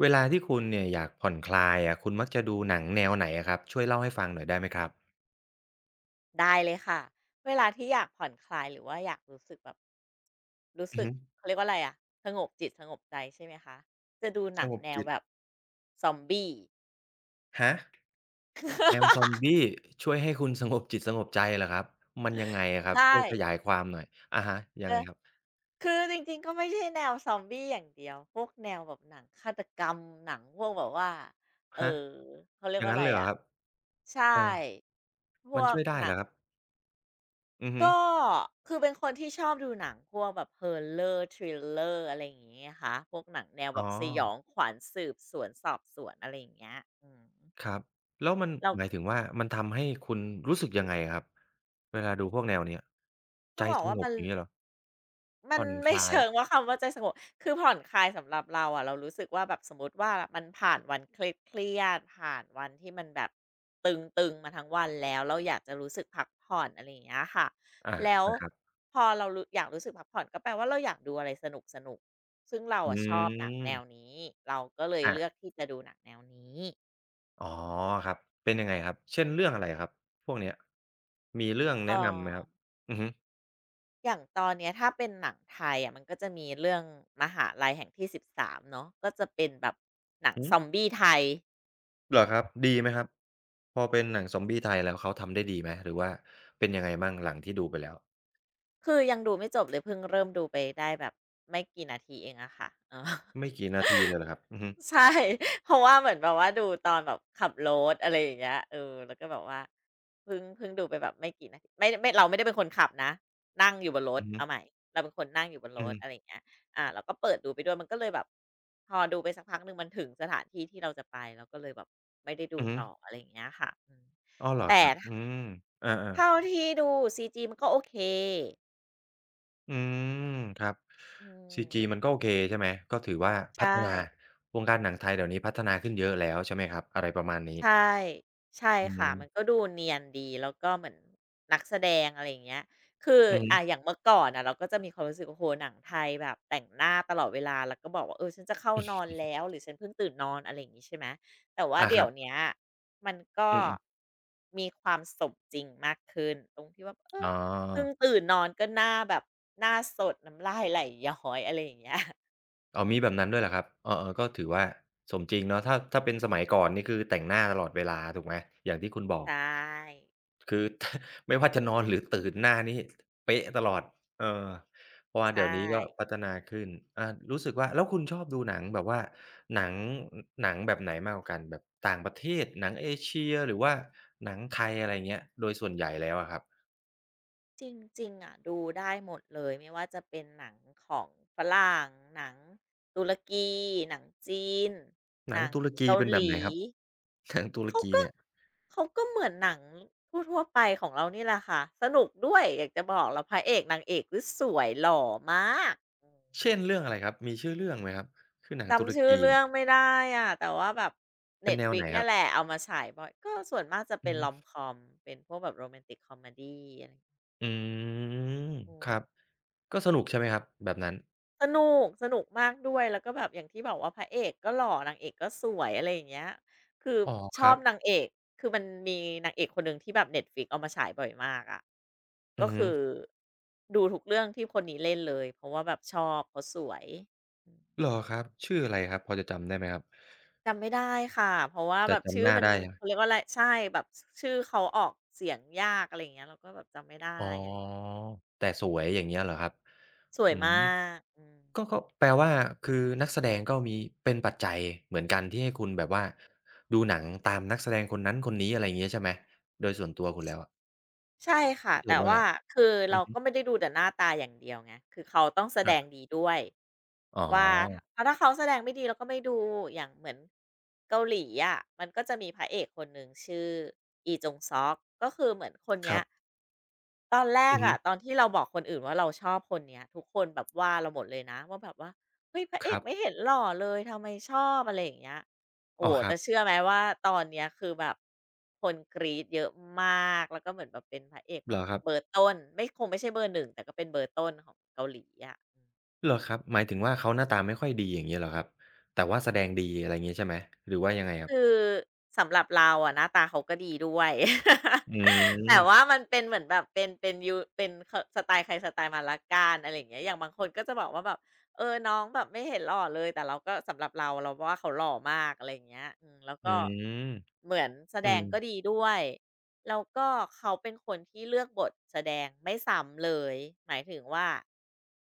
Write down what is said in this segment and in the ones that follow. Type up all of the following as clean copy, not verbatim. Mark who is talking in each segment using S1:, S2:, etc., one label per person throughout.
S1: เวลาที่คุณเนี่ยอยากผ่อนคลายอะคุณมักจะดูหนังแนวไหนอะครับช่วยเล่าให้ฟังหน่อยได้ไหมครับ
S2: ได้เลยค่ะเวลาที่อยากผ่อนคลายหรือว่าอยากรู้สึกแบบรู้
S1: อือ
S2: สึก
S1: ฮึ
S2: เขาเรียกว่าอะไรอะสงบจิตสงบใจใช่ไหมคะจะดูห
S1: ส
S2: นัง
S1: งบ
S2: แนว
S1: จิต
S2: แบบซอมบี้
S1: ฮะแนวซอม บี้ช่วยให้คุณสงบจิตสงบใจเหรอครับมันยังไงอะครับ
S2: ใช่
S1: ช่วยขยายความหน่อยอะฮะยั
S2: เอ
S1: ง
S2: อ
S1: ไงครับ
S2: คือจริงๆก็ไม่ใช่แนวซอมบี้อย่างเดียวพวกแนวแบบหนังฆาตกรรมหนังพวกแบบว่าเออ
S1: ฮะ
S2: เขาเรี
S1: อ
S2: ยก
S1: ย่าง
S2: ว่า
S1: งั้
S2: อะ
S1: น
S2: ไร
S1: เลยเหรอ
S2: อะ
S1: ครับ
S2: ใช่
S1: เออ
S2: พ
S1: มั
S2: ว
S1: น
S2: ก
S1: ช่วยได้
S2: ห
S1: เหร
S2: นั
S1: อ
S2: ง
S1: ครับอือฮึ
S2: ก็คือเป็นคนที่ชอบดูหนังพวกแบบ h o ์เลอร์ทริลเลอร์อะไรอย่างเงี้ยค่ะพวกหนังแนวแบ
S1: อ๋อ
S2: บสยองขวัญสืบสวนสอบสวนอะไรอย่างเงี้ยอืม
S1: ครับแล้วมัน
S2: เรา
S1: หมาย
S2: ก็
S1: ถึงว่ามันทำให้คุณรู้สึกยังไงอะครับเวลาดูพวกแนวเนี้ย
S2: ต้
S1: ใจ
S2: องบอก
S1: ส
S2: ว่า
S1: งบ
S2: มัน
S1: อย่างงี้เหรอ
S2: มัน
S1: ผ่อนค
S2: ไม่
S1: ลาย
S2: เชิงว่าคำว่าใจสงบคือผ่อนคลายสำหรับเราอะเรารู้สึกว่าแบบสมมุติว่ามันผ่านวันเครียดๆผ่านวันที่มันแบบตึงๆมาทั้งวันแล้วเราอยากจะรู้สึกพักผ่อนอะไรอย่างเงี้ยค่ะ
S1: อา
S2: แล้ว
S1: นะครับ
S2: พอเรารู้อยากรู้สึกพักผ่อนก็แปลว่าเราอยากดูอะไรสนุกๆซึ่งเรา
S1: อื
S2: อะชอบหนังแนว
S1: ม
S2: นี้เราก็เลยเลือก
S1: อา
S2: ที่จะดูหนังแนวนี้
S1: อ๋อครับเป็นยังไงครับเช่นเรื่องอะไรครับพวกเนี้ยมีเรื่อง
S2: เอ่
S1: แนะนำไหมครั
S2: อ
S1: บอือฮึ
S2: อย่างตอนเนี้ยถ้าเป็นหนังไทยอะมันก็จะมีเรื่องมหาลัยแห่งที่13เนาะก็จะเป็นแบบหนัง
S1: หือ
S2: ซอมบี้ไทย อื
S1: เหรอ
S2: ม
S1: ครับดีไหมครับพอเป็นหนังซอมบี้ไทยแล้วเขาทำได้ดีไหมหรือว่าเป็นยังไงบ้างหลังที่ดูไปแล้ว
S2: คือยังดูไม่จบเลยเพิ่งเริ่มดูไปได้แบบไม่กี่นาทีเองอะค่ะเออ
S1: ไม่กี่นาทีเลยเหรอครับอือฮึ
S2: ใช่เพราะว่าเหมือนแบบว่าดูตอนแบบขับรถอะไรอย่างเงี้ยแล้วก็แบบว่าเพิ่งดูไปแบบไม่กี่นาทีไม่เราไม่ได้เป็นคนขับนะนั่งอยู่บนรถ
S1: อือฮึ
S2: เอาใหม่เราเป็นคนนั่งอยู่บนร
S1: อือ
S2: ถอะไร
S1: ฮึ
S2: อย่างเงี้ยอ่าเราก็เปิดดูไปด้วยมันก็เลยแบบพอดูไปสักพักหนึ่งมันถึงสถานที่ที่เราจะไปเราก็เลยแบบไม่ได้ดู
S1: อือฮึ
S2: ต่ออะไรอย่างเงี้ยค่ะอืม
S1: อ้อเหรอค
S2: แต่
S1: รับอืมอา
S2: เท่า
S1: ๆ
S2: ที่ดู c ีจีมันก็โอเค
S1: อืมครับ
S2: อื
S1: ซีจี
S2: ม
S1: มันก็โอเคใช่ไหมก็ถือว่าพัฒ
S2: ใช่
S1: นาวงการหนังไทยเดี๋ยวนี้พัฒนาขึ้นเยอะแล้วใช่ไหมครับอะไรประมาณนี้
S2: ใช่ใช่
S1: อื
S2: ค่ะมันก็
S1: ม
S2: ดูเนียนดีแล้วก็เหมือนนักแสดงอะไรอย่างเงี้ยคือ
S1: อือฮึ
S2: อ่าอย่างเมื่อก่อนอะเราก็จะมีความรู้สึกโอ้โฮหนังไทยแบบแต่งหน้าตลอดเวลาแล้วก็บอกว่าเออฉันจะเข้านอนแล้วหรือฉันเพิ่งตื่นนอนอะไรอย่างงี้ใช่ไหมแต่ว่า
S1: อาค
S2: เดี๋ย
S1: รั
S2: ว
S1: บ
S2: เนี้ยมันก็
S1: อือ
S2: มีความสมจริงมากขึ้นตรงที่ว่า
S1: ๆอ๋อ
S2: เพิ่งตื่นนอนก็หน้าแบบหน้าสดน้ำลายไหลย้อยอะไรอย่างเงี้ย
S1: อ๋อมีแบบนั้นด้วยเหรอครับเออๆก็ถือว่าสมจริงเนาะถ้าถ้าเป็นสมัยก่อนนี่คือแต่งหน้าตลอดเวลาถูกไหมอย่างที่คุณบอก
S2: ใช่
S1: คือ ถ้าไม่ว่าจะนอนหรือตื่นหน้านี่เป๊ะตลอดเออเพราะว่า
S2: ใช่
S1: เดี๋ยวนี้ก็พัฒนาขึ้นอ่ารู้สึกว่าแล้วคุณชอบดูหนังแบบว่าหนังหนังแบบไหนมากกว่ากันแบบต่างประเทศหนังเอเชียหรือว่าหนังไทยอะไรเงี้ยโดยส่วนใหญ่แล้วอะครับ
S2: จริงๆอะดูได้หมดเลยไม่ว่าจะเป็นหนังของฝรั่งหนังตุรกีหนังจีน
S1: ห
S2: ห
S1: นัง
S2: นัง
S1: ตุรกี
S2: เกา
S1: เป็น
S2: ห
S1: แบบไหน
S2: ลี
S1: ครับหนังตุร
S2: เขา
S1: กี
S2: ก็
S1: เนี่ย
S2: เขาก็เหมือนหนังทั่วๆไปของเรานี่แหละค่ะสนุกด้วยอยากจะบอกแล้วพระเอกนางเอกคือสวยหล่อมากอือฮึ
S1: เช่นเรื่องอะไรครับมีชื่อเรื่องไหมครับคือหนังตุร
S2: จำชื่อ
S1: กี
S2: เรื่องไม่ได้อะแต่ว่าแบบ
S1: เป็นแนวไหน
S2: Netflix
S1: ค
S2: เนี่
S1: รั
S2: ย
S1: บ
S2: แหละเอามาฉายบ่อยก็ส่วนมากจะ
S1: อื
S2: เป็
S1: อ
S2: น
S1: ฮึ
S2: Rom-com เป็นพวกแบบ Romantic Comedy อะไร
S1: อืม
S2: อื
S1: ครับ
S2: ม
S1: ก็สนุกใช่ไหมครับแบบนั้น
S2: สนุกสนุกมากด้วยแล้วก็แบบอย่างที่บอกว่าพระเอกก็หล่อนางเอกก็สวยอะไรอย่างเงี้ยคือ
S1: อ๋อ
S2: ช
S1: ค
S2: อ
S1: รั
S2: บ
S1: บ
S2: นางเอกคือมันมีนางเอกคนหนึ่งที่แบบ Netflix เอามาฉายบ่อยมากอะ
S1: อื
S2: ก็
S1: อฮึ
S2: คือดูทุกเรื่องที่คนนี้เล่นเลยเพราะว่าแบบชอบเขาสวยอื
S1: เห
S2: ม
S1: รอครับ ชื่ออะไรครับพอจะจำได้ไหมครับ
S2: จำไม่ได้ค่ะเพราะว่าแบ
S1: แต่
S2: บชื่
S1: จำ
S2: อ
S1: หน้า
S2: มัน
S1: ได้ใช่ไหม
S2: เขาเรียกว่าอะไรใช่แบบชื่อเขาออกเสียงยากอะไรอย่างเงี้ยเราก็แบบจำไม่ได้
S1: อ๋อ
S2: อะไร
S1: แต่สวยอย่างเงี้ยเหรอครับ
S2: สว
S1: อื
S2: ย
S1: ม
S2: มากอืม
S1: ก็ก็แปลว่าคือนักแสดงก็มีเป็นปัจจัยเหมือนกันที่ให้คุณแบบว่า ดูหนังตามนักแสดงคนนั้นคนนี้อะไรอย่างงี้ใช่ไหม โดยส่วนตัวคุณแล้วอะ
S2: ใช่ค่ะ
S1: คิดเห็
S2: แต่
S1: นว่าไง
S2: ว่าคือ
S1: อือ
S2: เรา
S1: ฮึ
S2: ก็ไม่ได้ดูแต่หน้าตาอย่างเดียวไงคือเขาต้องแส
S1: ค
S2: ดง
S1: รับ
S2: ดีด้วย
S1: อ๋
S2: ว่า
S1: อ
S2: ถ้าถ้าเขาแสดงไม่ดีเราก็ไม่ดูอย่างเหมือนเกาหลีอะมันก็จะมีพระเอกคนหนึ่งชื่ออีจงซอกก็คือเหมือนคน
S1: ค
S2: เนี้
S1: รั
S2: ย
S1: บ
S2: ตอนแร
S1: อื
S2: ก
S1: อฮึ
S2: อะตอนที่เราบอกคนอื่นว่าเราชอบคนเนี้ยทุกคนแบบว่าเราหมดเลยนะว่าแบบว่าเฮ้ยพระ
S1: ค
S2: เอก
S1: รั
S2: ไม่
S1: บ
S2: เห็นหล่อเลยทำไมชอบอะไรอย่างเงี้ย
S1: อ๋
S2: โอ้
S1: อ
S2: โฮ
S1: ครั
S2: แต่
S1: บ
S2: เชื่อไหมว่าตอนเนี้ยคือแบบคนกรี๊ดเยอะมากแล้วก็เหมือนแบบเป็นพระเอก
S1: เห
S2: แบ
S1: ร
S2: บ
S1: อครับ
S2: เบอร์ต้นไม่คงไม่ใช่เบอร์หนึ่งแต่ก็เป็นเบอร์ต้นของเกาหลีอะอืม
S1: เหรอครับหมายถึงว่าเขาหน้าตาไม่ค่อยดีอย่างเงี้ยเหรอครับแต่ว่าแสดงดีอะไรงี้ใช่ไหมหรือว่ายังไงครับ
S2: คือสำหรับเราอะหน้าตาเขาก็ดีด้วย
S1: อื
S2: แต่ว่า
S1: ม
S2: มันเป็นเหมือนแบบเป็นยูเป็นคสไตล์ใครสไตล์มันแล้กันอะไรอย่างเงี้ยอย่างบางคนก็จะบอกว่าแบบเออน้องแบบไม่เห็นหล่อเลยแต่เราก็สำหรับเราเราว่าเขาหล่อมากอะไรอย่างเงี้ยอืมแล้ว
S1: อื
S2: ก็
S1: ม
S2: เหมือนแส
S1: อื
S2: ด
S1: ม
S2: งก็ดีด้วย แล้วก็เขาเป็นคนที่เลือกบทแสดงไม่ซ้ำเลยหมายถึงว่า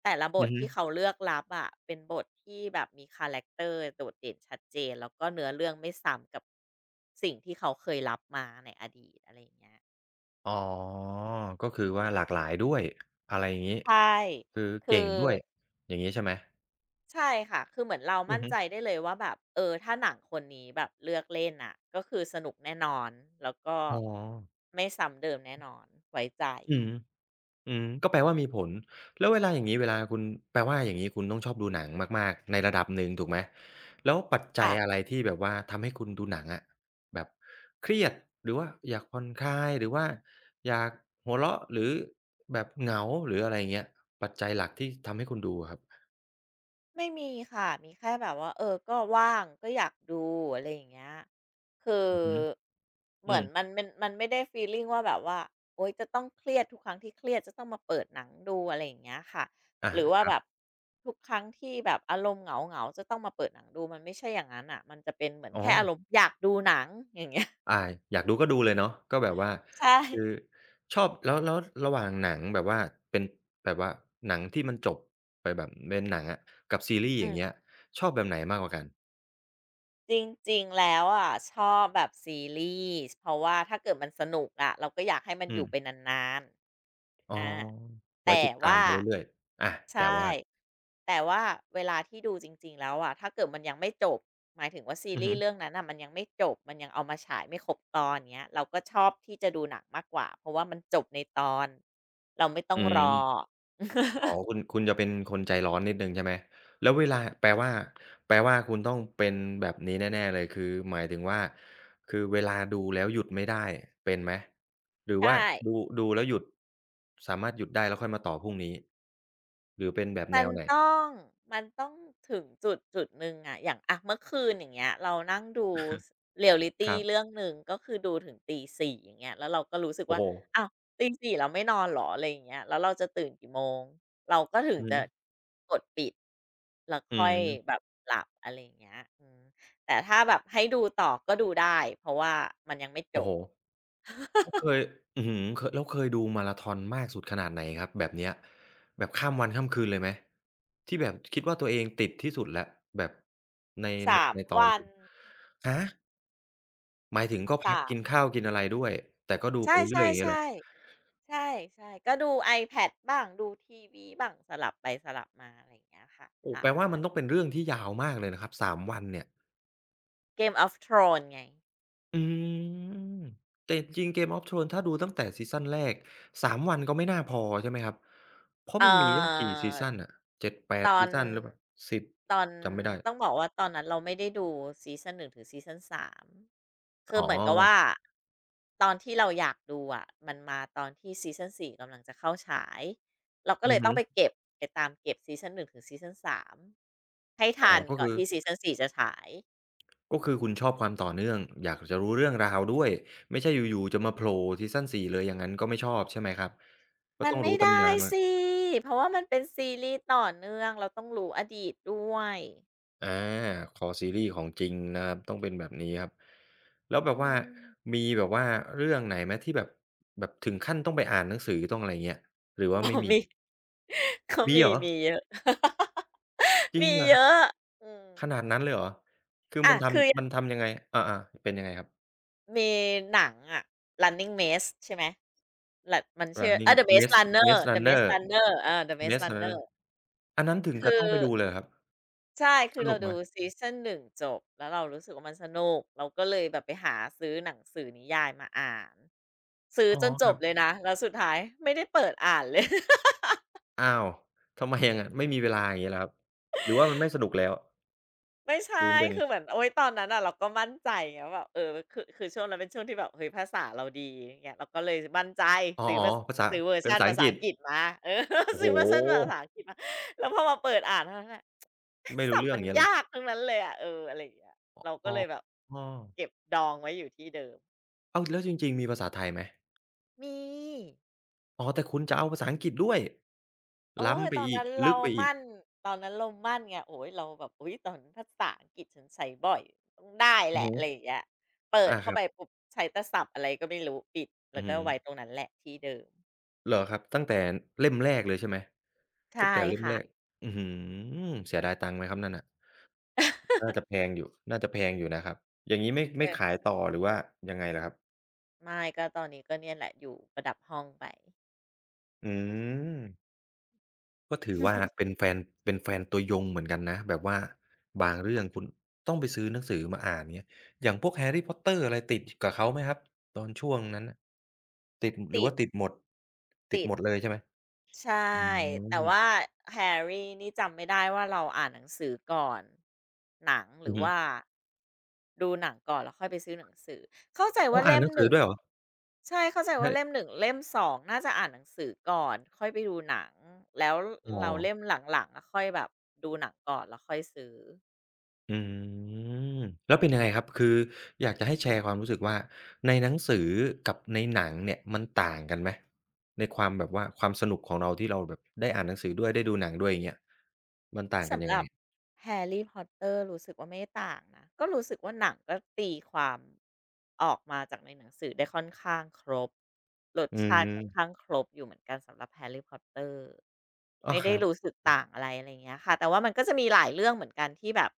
S2: แต่ละบ
S1: อื
S2: ท
S1: อฮึ
S2: ที่เขาเลือกรับอะเป็นบทที่แบบมีคาแรคเตอร์โดดเด่นชัดเจนแล้วก็เนื้อเรื่องไม่ซ้ำกับสิ่งที่เขาเคยรับมาในอดีตอะไรอย่างเงี้ย
S1: อ๋อก็คือว่าหลากหลายด้วยอะไรอย่างงี้
S2: ใช่
S1: คือ
S2: คื
S1: เก่
S2: อ
S1: งด้วยอย่างงี้ใช่ไหม
S2: ใช่ค่ะคือเหมือนเรา
S1: อือ
S2: มั่น
S1: ฮึ
S2: ใจได้เลยว่าแบบเออถ้าหนังคนนี้แบบเลือกเล่นน่ะก็คือสนุกแน่นอนแล้วก็
S1: อ๋อ
S2: ไม่ซ้ำเดิมแน่นอนไว้ใจ
S1: อืม อืมก็แปลว่ามีผลแล้วเวลาอย่างงี้เวลาคุณแปลว่าอย่างงี้คุณต้องชอบดูหนังมากๆในระดับหนึ่งถูกไหมแล้วปัจจัย
S2: ค่ะ
S1: อะไรที่แบบว่าทำให้คุณดูหนังอะแบบเครียดหรือว่าอยากผ่อนคลายหรือว่าอยากหัวเราะหรือแบบเหงาหรืออะไรอย่างเงี้ยปัจจัยหลักที่ทำให้คุณดูอะครับ
S2: ไม่มีค่ะมีแค่แบบว่าเออก็ว่างก็อยากดูอะไรอย่างเงี้ยคือ
S1: อือฮึ
S2: เห
S1: อื
S2: มือ
S1: ม
S2: นมันเป็นมันไม่ได้ฟีลลิงว่าแบบว่าโอ๊ยจะต้องเครียดทุกครั้งที่เครียดจะต้องมาเปิดหนังดูอะไรอย่างเงี้ยค่ะ
S1: อา
S2: หรือว่า
S1: ครั
S2: แบบ
S1: บ
S2: ทุกครั้งที่แบบอารมณ์เหงาๆจะต้องมาเปิดหนังดูมันไม่ใช่อย่างนั้นน่ะมันจะเป็นเหมือน
S1: อ๋อ
S2: แค่อารมณ์อยากดูหนังอย่างเงี้ย
S1: อาอยากดูก็ดูเลยเนาะก็แบบว่า
S2: ใช่
S1: คือชอบแล้วแล้วระหว่างหนังแบบว่าเป็นแบบว่าหนังที่มันจบไปแบบเป็นหนังอะกับซีรีส์อ
S2: อื
S1: ย่างเงี้ย
S2: ม
S1: ชอบแบบไหนมากกว่ากัน
S2: จริงๆแล้วอะชอบแบบซีรีส์เพราะว่าถ้าเกิดมันสนุกอะเราก็อยากให้มันอ
S1: อืม
S2: ยู่ไปนาน
S1: อ๋
S2: ๆ
S1: อ
S2: อา
S1: ไว้
S2: แต่
S1: ติดตาม
S2: ว่า
S1: ไปเรื่อยๆอาแต่
S2: ใช่
S1: ว่า
S2: แต่ว่าเวลาที่ดูจริงๆ แล้วอะถ้าเกิดมันยังไม่จบหมายถึงว่าซี
S1: อือ
S2: รี
S1: ฮึ
S2: ส์เรื่องนั้นน่ะมันยังไม่จบมันยังเอามาฉายไม่ครบตอนเงี้ยเราก็ชอบที่จะดูหนังมากกว่าเพราะว่ามันจบในตอนเราไม่ต้อ
S1: อื
S2: งร
S1: ม
S2: อ
S1: อ๋อคุณคุณจะเป็นคนใจร้อนนิดหนึ่งใช่ไหมแล้วเวลาแปลว่าแปลว่าคุณต้องเป็นแบบนี้แน่ๆเลยคือหมายถึงว่าคือเวลาดูแล้วหยุดไม่ได้เป็นไหมหรือ
S2: ใช่
S1: ว่าดูดูแล้วหยุดสามารถหยุดได้แล้วค่อยมาต่อพรุ่งนี้หรือเป็นแบบ
S2: มั
S1: แน
S2: น
S1: วไหน
S2: ต้องมันต้องถึงจุดจุดหนึ่งอะอย่างอะเมื่อคืนอย่างเงี้ยเรานั่งดูสเรียลลิ
S1: ค
S2: ตี
S1: รั
S2: เรื่
S1: บ
S2: องหนึ่งก็คือดูถึงตีส่อย่างเงี้ยแล้วเราก็รู้สึก
S1: โอ้
S2: ว่า
S1: โฮ
S2: อ้าวตีส่เราไม่นอนเหรออะไรอย่างเงี้ยแล้วเราจะตื่นกี่โมงเราก็ถึง
S1: อือ
S2: จะ
S1: ฮึ
S2: กดปิดแล้ว
S1: อื
S2: ค่อย
S1: ม
S2: แบบหลับอะไรอย่างเงี้ยอืมแต่ถ้าแบบให้ดูต่อก็ดูได้เพราะว่ามันยังไม่จ
S1: โอ้โฮ
S2: บ
S1: แล้วเคยอื้อฮือเคยแล้วเคยดูมาราธอนมากสุดขนาดไหนครับแบบเนี้ยแบบข้ามวันข้ามคืนเลยไหมที่แบบคิดว่าตัวเองติดที่สุดแล้วแบบในใน
S2: สาม
S1: ในตอน
S2: วั
S1: ห
S2: น
S1: นึ่งฮะหมายถึงก็พัก
S2: สาม
S1: กินข้าวกินอะไรด้วยแต่ก็ดู
S2: ใช
S1: ไปเรื่อ
S2: ่
S1: ยๆอ
S2: ๆ
S1: ย่าง
S2: ๆ ใ
S1: เงี้ยเหรอ
S2: ช่ใช่ก็ดู iPad บ้างดูทีวีบ้างสลับไปสลับมาอะไรอย่างเงี้ยค่ะ
S1: โอ้แปล
S2: 3
S1: ว่า
S2: วั
S1: มัน
S2: น
S1: ต้องเป็นเรื่องที่ยาวมากเลยนะครับ3วันเนี่ย
S2: Game of Thrones ไง
S1: อืมแต่จริงๆ Game of Thrones ถ้าดูตั้งแต่ซีซันแรก3วันก็ไม่น่าพอใช่ไหมครับเพราะ
S2: เอ่อ
S1: มันมีตั้งกี่ซีซันอะเจ็ดแป
S2: ต
S1: ด
S2: อ
S1: ซี
S2: น
S1: ซันหรือเปล่าสิบ
S2: ตอน
S1: จำไม่ได้
S2: ต้องบอกว่าตอนนั้นเราไม่ได้ดูซีซัน1ถึงซีซัน3คื
S1: อ๋
S2: อเหมือนกับว่า
S1: อ
S2: ตอนที่เราอยากดูอ่ะมันมาตอนที่ซีซัน4กำลังจะเข้าฉายเราก็
S1: อื
S2: เล
S1: อ
S2: ยต้
S1: ฮึ
S2: องไปเก็บไปตามเก็บซีซัน1ถึงซีซัน3ให้
S1: อ๋อ
S2: ทัน
S1: ก็
S2: ก่อ
S1: คื
S2: น
S1: อ
S2: ที่ซีซัน4จะฉาย
S1: ก็คือคุณชอบความต่อเนื่องอยากจะรู้เรื่องราวด้วยไม่ใช่อยู่ๆจะมาโผล่ซีซันสี่เลยอย่างงั้นก็ไม่ชอบใช่ไหมครับก็
S2: มัน
S1: ต้อง
S2: ไม่
S1: รู้ตำ
S2: ได้
S1: นานวา
S2: สิ เพราะว่ามันเป็นซีรีส์ต่อเนื่องเราต้องรู้อดีตด้วย
S1: อาคอซีรีส์ของจริงนะครับต้องเป็นแบบนี้ครับแล้วแบ
S2: อื
S1: บว่า
S2: ม
S1: มีแบบว่าเรื่องไหนไหมที่แบบแบบถึงขั้นต้องไปอ่านหนังสือต้องอะไรเงี้ยหรือ ว่า
S2: อ๋อ
S1: ไม่มี
S2: มี เขา
S1: มี
S2: มี
S1: เหรอ
S2: มีเยอะ
S1: จ ริง
S2: มี
S1: เหรอ
S2: เย
S1: ครับ
S2: อะอืม
S1: ขนาดนั้นเลยเหรอคือมั
S2: อะ
S1: น
S2: คืออ
S1: ทำ
S2: ย่า
S1: มั
S2: ง
S1: นทำยังไงอาๆเป็นยังไงครับ
S2: มีหนังอะ Running Maze ใช่ไหมละมันชื่อออ
S1: Running
S2: The Maze
S1: Maze
S2: Runner
S1: Maze
S2: The Maze
S1: Runner
S2: Runner เ่อ The Maze
S1: Maze
S2: Runner
S1: Runner อันนั้นถึง
S2: คือ
S1: กับต้องไปดูเลยเหรอครับ
S2: ใช่
S1: ส
S2: คือเรา
S1: นุกไหม
S2: ดูซีซัน1จบแล้วเรารู้สึกว่ามันสนุก เราก็เลยแบบไปหาซื้อหนังสือนิยายมาอ่าน ซื้อ
S1: อ๋อ
S2: จนจ
S1: ครั
S2: บเล
S1: บ
S2: ยนะ แล้วสุดท้ายไม่ได้เปิดอ่านเลย
S1: อ้าวทำไมอย่างงั้นไม่มีเวลาอย่างงี้เหรอครับหรือว่ามันไม่สนุกแล้ว
S2: ไม่ใช่
S1: หรือมันเป็นยัง
S2: คือเหมือ
S1: ไง
S2: นโอ๊ยตอนนั้นอ่ะเราก็มั่นใจไงว่าแบบเออคือช่วงนั้นเป็นช่วงที่แบบเฮ้ยภาษาเราดีอย่างเงี้ยเราก็เลยมั่นใจ
S1: อ๋อ
S2: ซื้อภาษ
S1: ๆภาษา
S2: ซื้อเวอร์
S1: เป็น
S2: ชัน
S1: ภาษา
S2: ภา
S1: อัง
S2: ษา
S1: กฤ
S2: อั
S1: ษ
S2: งกฤษมาเออ
S1: โอ้โฮ
S2: ซื้อเวอร์ชันภาษาอังกฤษมาแล้วพอมาเปิดอ่านเท่านั้นแหละ
S1: ไม่ รู้
S2: ศัพท์
S1: เรื่อ
S2: มั
S1: งอ
S2: น
S1: ย่างเงี้ยเหรอ
S2: ยากทั้งนั้นเลยอะเอออะไรอย่างเงี้ยเราก็
S1: อ๋อ
S2: เลยแบบเก็บดองไว้อยู่ที่เดิม
S1: อ้าวแล้วจริงๆมีภาษาไทยไหม
S2: มี
S1: อ๋อแต่คุณจะเอาภาษาอังกฤษด้วย
S2: เออ
S1: ล้ำไป
S2: ตอน
S1: อีก
S2: นั้น
S1: ลึ
S2: เรา
S1: กไปอีก
S2: มั่นตอนนั้นเรามั่นไงโอ้ยเราแบบอุ๊ยตอนนั้นภาษาอังกฤษฉันใช้บ่อยต้องได้แห
S1: อือ
S2: ละ
S1: ฮึ
S2: อะไรอย่างเงี้ยเปิด
S1: อาค
S2: เข้า
S1: รั
S2: ไป
S1: บ
S2: ปุ๊บใช้แต่ศัพท์อะไรก็ไม่รู้ปิดแล้
S1: อื
S2: ว
S1: อ
S2: ก็
S1: ฮึ
S2: ไว้ตรงนั้นแหละที่เดิม
S1: เหรอครับตั้งแต่เล่มแรกเลยใช่ไหมตั้ง
S2: ใช่
S1: แต่เล่ม
S2: ค่ะ
S1: แรกอื้อฮือเสียดายตังค์ไหมครับนั่นน่ะ น่าจะแพ งอยู่น่าจะแพงอยู่นะครับ อย่างงี้ไม่
S2: เอ
S1: ไม่ขาย
S2: อ
S1: ต่อหรือว่ายังไงล่ะครับ
S2: ไม่ก็ตอนนี้ก็เนี่ยแหละอยู่ประดับห้องไป
S1: อืมก็ถือว่าเป็น แฟนเป็นแฟนตัวยงเหมือนกันนะ แบบว่าบางเรื่องคุณต้องไปซื้อหนังสือมาอ่านเงี้ยอย่างพวก Harry Potter อะไรติดกับเขาไหมครับ ตอนช่วงนั้นน่ะติดหรือ
S2: ติด
S1: ว่าติดหมดติด
S2: ติด
S1: หมดเลยใช่ไหม
S2: ใช่
S1: อื
S2: แต่
S1: ม
S2: ว่าแฮร์รี่นี่จำไม่ได้ว่าเราอ่านหนังสือก่อนหนังห
S1: อื
S2: รื
S1: อ
S2: อ
S1: ฮึ
S2: ว่าดูหนังก่อนแล้วค่อยไปซื้อหนังสือเข้าใจ
S1: อ้อ
S2: ว่า
S1: อ่าน
S2: เล่
S1: ห
S2: ม
S1: นัง
S2: ห
S1: สือ
S2: นึ่ง
S1: ด้วยเหรอ
S2: ใช่เข้าใจว่าเล่ม
S1: ฮ
S2: หนึ่งเล่ม 2น่าจะอ่านหนังสือก่อนค่อยไปดูหนังแล้ว
S1: อ๋อ
S2: เราเล่มหลังๆอะค่อยแบบดูหนังก่อนแล้วค่อยซื้อ
S1: อืมแล้วเป็นยังไงครับคืออยากจะให้แชร์ความรู้สึกว่าในหนังสือกับในหนังเนี่ยมันต่างกันไหมในความแบบว่าความสนุกของเราที่เราแบบได้อ่านหนังสือด้วยได้ดูหนังด้วยอย่างเงี้ยมันต่างกัน
S2: สำ
S1: ยั
S2: ห
S1: งไง
S2: รับ Harry Potter รรี่พอตเตอร์รู้สึกว่าไม่ต่างนะก็รู้สึกว่าหนังก็ตีความออกมาจากในหนังสือได้ค่อนข้างครบรส
S1: อือ
S2: ชา
S1: ฮึ
S2: ติค่อนข้างครบอยู่เหมือนกันสำหรับ Harry Potter
S1: อ้อ
S2: ไม่
S1: ค
S2: ได้
S1: รับ
S2: รู้สึกต่างอะไรอะไรเงี้ยค่ะแต่ว่ามันก็จะมีหลายเรื่องเหมือนกันที่แบบ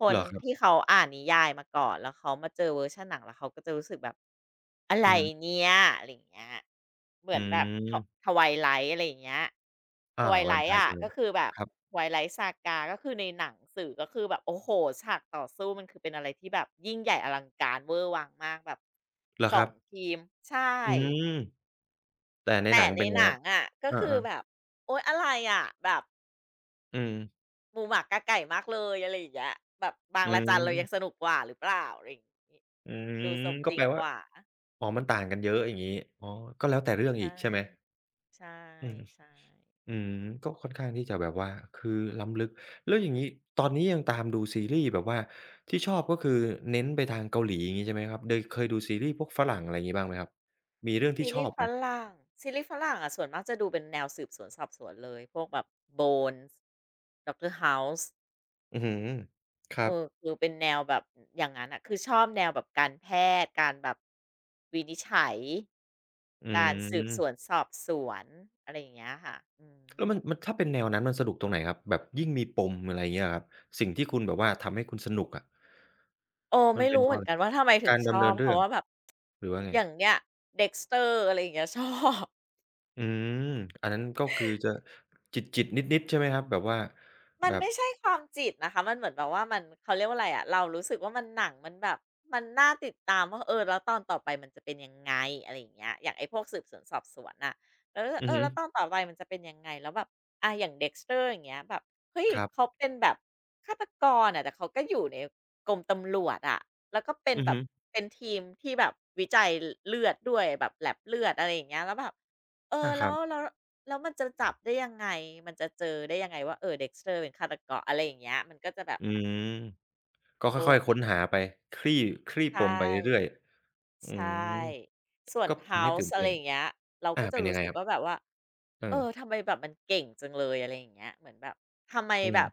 S2: ค
S1: เห
S2: น
S1: รอครั
S2: ที่
S1: บ
S2: เขาอ่านนิยายมาก่อนแล้วเขามาเจอเวอร์ชันหนังแล้วเขาก็จะรู้สึกแบบอะไร
S1: อือฮึ
S2: เนี่ยอะไราเงี้ยเหมื
S1: อื
S2: อนแบบ
S1: ม
S2: ทวาย l i ท์อะไรเงี้ย
S1: อ้าว
S2: Twilight
S1: Vampire
S2: อะก็
S1: Diaries
S2: คือแบบ
S1: ครับ
S2: Twilight Saga ก็คือในหนังสือก็คือแบบโอ้โฮฉากต่อสู้มันคือเป็นอะไรที่แบบยิ่งใหญ่อลังการเวอร์วังมากแบบ
S1: เหรอครั
S2: 2
S1: บ
S2: ทีมใช่
S1: อืมแต่ในห
S2: แต่
S1: นัง
S2: ใน
S1: เป็นไง
S2: ห
S1: ค
S2: นั
S1: รับ
S2: งอะก็
S1: เออ
S2: คือแบบ
S1: ๆ
S2: โอ๊ยอะไรอะแบบ
S1: อืม
S2: หมูหมากาไก่มากเลยอะไรอย่างเงี้ยแบบบาง
S1: อื
S2: ระจันเรายังส
S1: ม
S2: นุกกว่าหรือเปล่าอะไรอย่างงี้
S1: อื
S2: ดูส
S1: ม
S2: มจ
S1: ก็
S2: ริ
S1: แป
S2: ง
S1: ล
S2: ก
S1: ว่า
S2: ว่า
S1: อ๋อมันต่างกันเยอะอย่างงี้อ๋อก็แล้วแต่เรื่องอีก
S2: ใช่
S1: ใช่ไหม
S2: ใช่
S1: อืม
S2: ๆ
S1: อืมก็ค่อนข้างที่จะแบบว่าคือล้ำลึกแล้วอย่างงี้ตอนนี้ยังตามดูซีรีส์แบบว่าที่ชอบก็คือเน้นไปทางเกาหลีอย่างงี้ใช่ไหมครับโดยเคยดูซีรีส์พวกฝรั่งอะไรงี้บ้างไหมครับมีเรื่องที่
S2: ซี
S1: ชอ
S2: รี
S1: บ
S2: ส์ฝ
S1: ไหม
S2: รั่งซีรีส์ฝรั่งอะส่วนมากจะดูเป็นแนวสืบสวนสอบสวนเลย พวกแบบ Bones Doctor House
S1: อือฮือค
S2: เอ
S1: รับ
S2: อคือเป็นแนวแบบอย่างงั้นอ่ะคือชอบแนวแบบการแพทย์ การแบบวินิจฉัย
S1: อื
S2: การสืบสวน
S1: ม
S2: สอบสวนอะไรอย่างเงี้ยค่ะอือ
S1: แล้ว
S2: โ
S1: มันถ้าเป็นแนวนั้นมันสนุกตรงไหนครับแบบยิ่งมีปมอะไรเงี้ยเหรอครับสิ่งที่คุณแบบว่าทำให้คุณสนุกอะ
S2: อ้
S1: มัน
S2: ไม่
S1: เป็น
S2: รู้
S1: เพ
S2: เห
S1: ราะ
S2: มือ
S1: อะ
S2: น
S1: ไร
S2: กันว่าทำไมถึง
S1: การ
S2: ชอ
S1: ดำเนิ
S2: บ
S1: น
S2: เพ
S1: เรื่อ
S2: ราะ
S1: ง
S2: ว่าแบบ
S1: หรือว่าไง
S2: อย่างเนี้ย Dexter อร์อะไรอย่างเงี้ย ชอบ
S1: อืมอันนั้นก็คือจะจิตๆนิดๆใช่ไหมครับแบบว่า
S2: มัน
S1: แบบ
S2: ไม่ใช่ความจิตนะคะ มันเหมือนแบบว่ามันเขาเรียกว่าอะไรอะเรารู้สึกว่ามันหนังมันแบบมันน่าติดตามว่าเออแล้วตอนต่อไปมันจะเป็นยังไงอะไรอย่างเงี้ยอย่างไอ้พวกสืบสวนสอบสวนน่ะเรารู้สึก
S1: อื
S2: เอ
S1: อ
S2: อ
S1: ฮึ
S2: แล้วตอนต่อไปมันจะเป็นยังไงแล้วแบบอย่าง Dexter อย่างเงี้ยแบบเฮ้ย
S1: ครั
S2: เขา
S1: บ
S2: เป็นแบบฆาตกรอะแต่เขาก็อยู่ในกรมตำรวจอะแล้วก็เป็น
S1: อือ
S2: แบ
S1: ฮึ
S2: บเป็นทีมที่แบบวิจัยลเลือดด้วยแบบแลบเลือดอะไรอย่างเงี้ยแล้วแบบเอ
S1: อา
S2: อ
S1: ค
S2: แล้
S1: รั
S2: ว
S1: บ
S2: แล้ว แล้วมันจะจับได้ยังไงมันจะเจอได้ยังไงว่าเออ Dexter เป็นฆาตกรอะไรอย่างเงี้ยมันก็จะแบบ
S1: อืมก็
S2: เออ
S1: ค่อยๆ
S2: มี
S1: ค้นหาไป คลี่คลี่ป
S2: ใช่
S1: มไปเรื่อยๆอื
S2: ใช
S1: ม
S2: ่ส่วน
S1: ก็ทำให้ตื่
S2: House
S1: น
S2: อะไร
S1: เต้น
S2: อย่างเงี้ยเรา
S1: อา
S2: ก็จะ
S1: เป็นยัง
S2: รู้
S1: ไง
S2: สึก
S1: ครับ
S2: ว่าแบบว่า
S1: เอ
S2: เอ
S1: อ
S2: อทำไมแบบมันเก่งจังเลยอะไรอย่างเงี้ยเหมือนแบบทำไม
S1: อื
S2: แบบ
S1: ม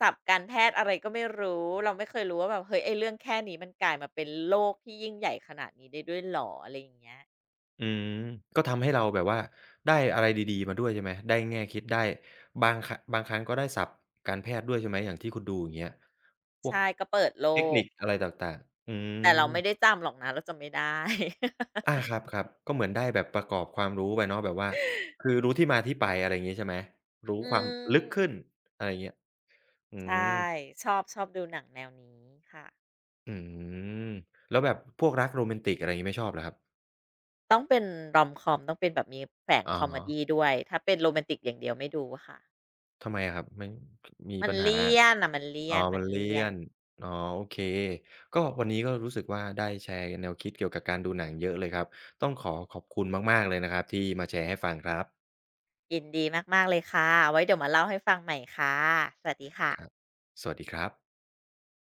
S2: ศัพท์การแพทย์อะไรก็ไม่รู้เราไม่เคยรู้ว่าแบบเฮ้ยไอ้เรื่องแค่นี้มันกลายมาเป็นโลกที่ยิ่งใหญ่ขนาดนี้ได้ด้วยเหรออะไรอย่างเงี้ย
S1: อืมก็ทำให้เราแบบว่าได้อะไรดีๆมาด้วยใช่ไหม ได้แง่คิดได้บางครั้งก็ได้ศัพท์การแพทย์ด้วยใช่ไหม อย่างที่คุณดูอย่างเงี้ย พวก
S2: ใช่ก็เปิดโล
S1: เทคนิ
S2: ก
S1: คอะไรต่างๆอื
S2: แต่เราไม่ได้
S1: ม
S2: จำหรอกนะเราจำไม่ได้
S1: อาครับๆก็เหมือนได้แบบประกอบความรู้ไปเนาะแบบว่าคือรู้ที่มาที่ไปอะไรอย่างงี้ใช่ไหมรู้
S2: อื
S1: ความลึก
S2: ม
S1: ขึ้นอะไรอย่างเงี้ยอืม
S2: ใช่ชอบชอบดูหนังแนวนี้ค่ะ
S1: อืมแล้วแบบพวกรักโรแมนติกอะไรอย่างงี้ไม่ชอบเหรอครับ
S2: ต้องเป็น Rom-com ต้องเป็นแบบมีแฝง
S1: อ๋อ
S2: คอเมดีด้วยถ้าเป็นโรแมนติกอย่างเดียวไม่ดูค่ะ
S1: ทำไมอะครับมันมี
S2: มัน
S1: ปัญหา
S2: เลี่ยนน่ะมันเลี่
S1: อ๋
S2: ย
S1: อ
S2: นมั
S1: มั
S2: น
S1: นเลี่
S2: เลี่ย
S1: ย
S2: น
S1: นอ๋อโอเคก็วันนี้ก็รู้สึกว่าได้แชร์แนวคิดเกี่ยวกับการดูหนังเยอะเลยครับต้องขอขอบคุณมากๆเลยนะครับที่มาแชร์ให้ฟังครับ
S2: ยินดีมากๆเลยค่ะไว้เดี๋ยวมาเล่าให้ฟังใหม่ค่ะสวัสดี
S1: ครับ
S2: ค่ะ
S1: สวัสดีครับ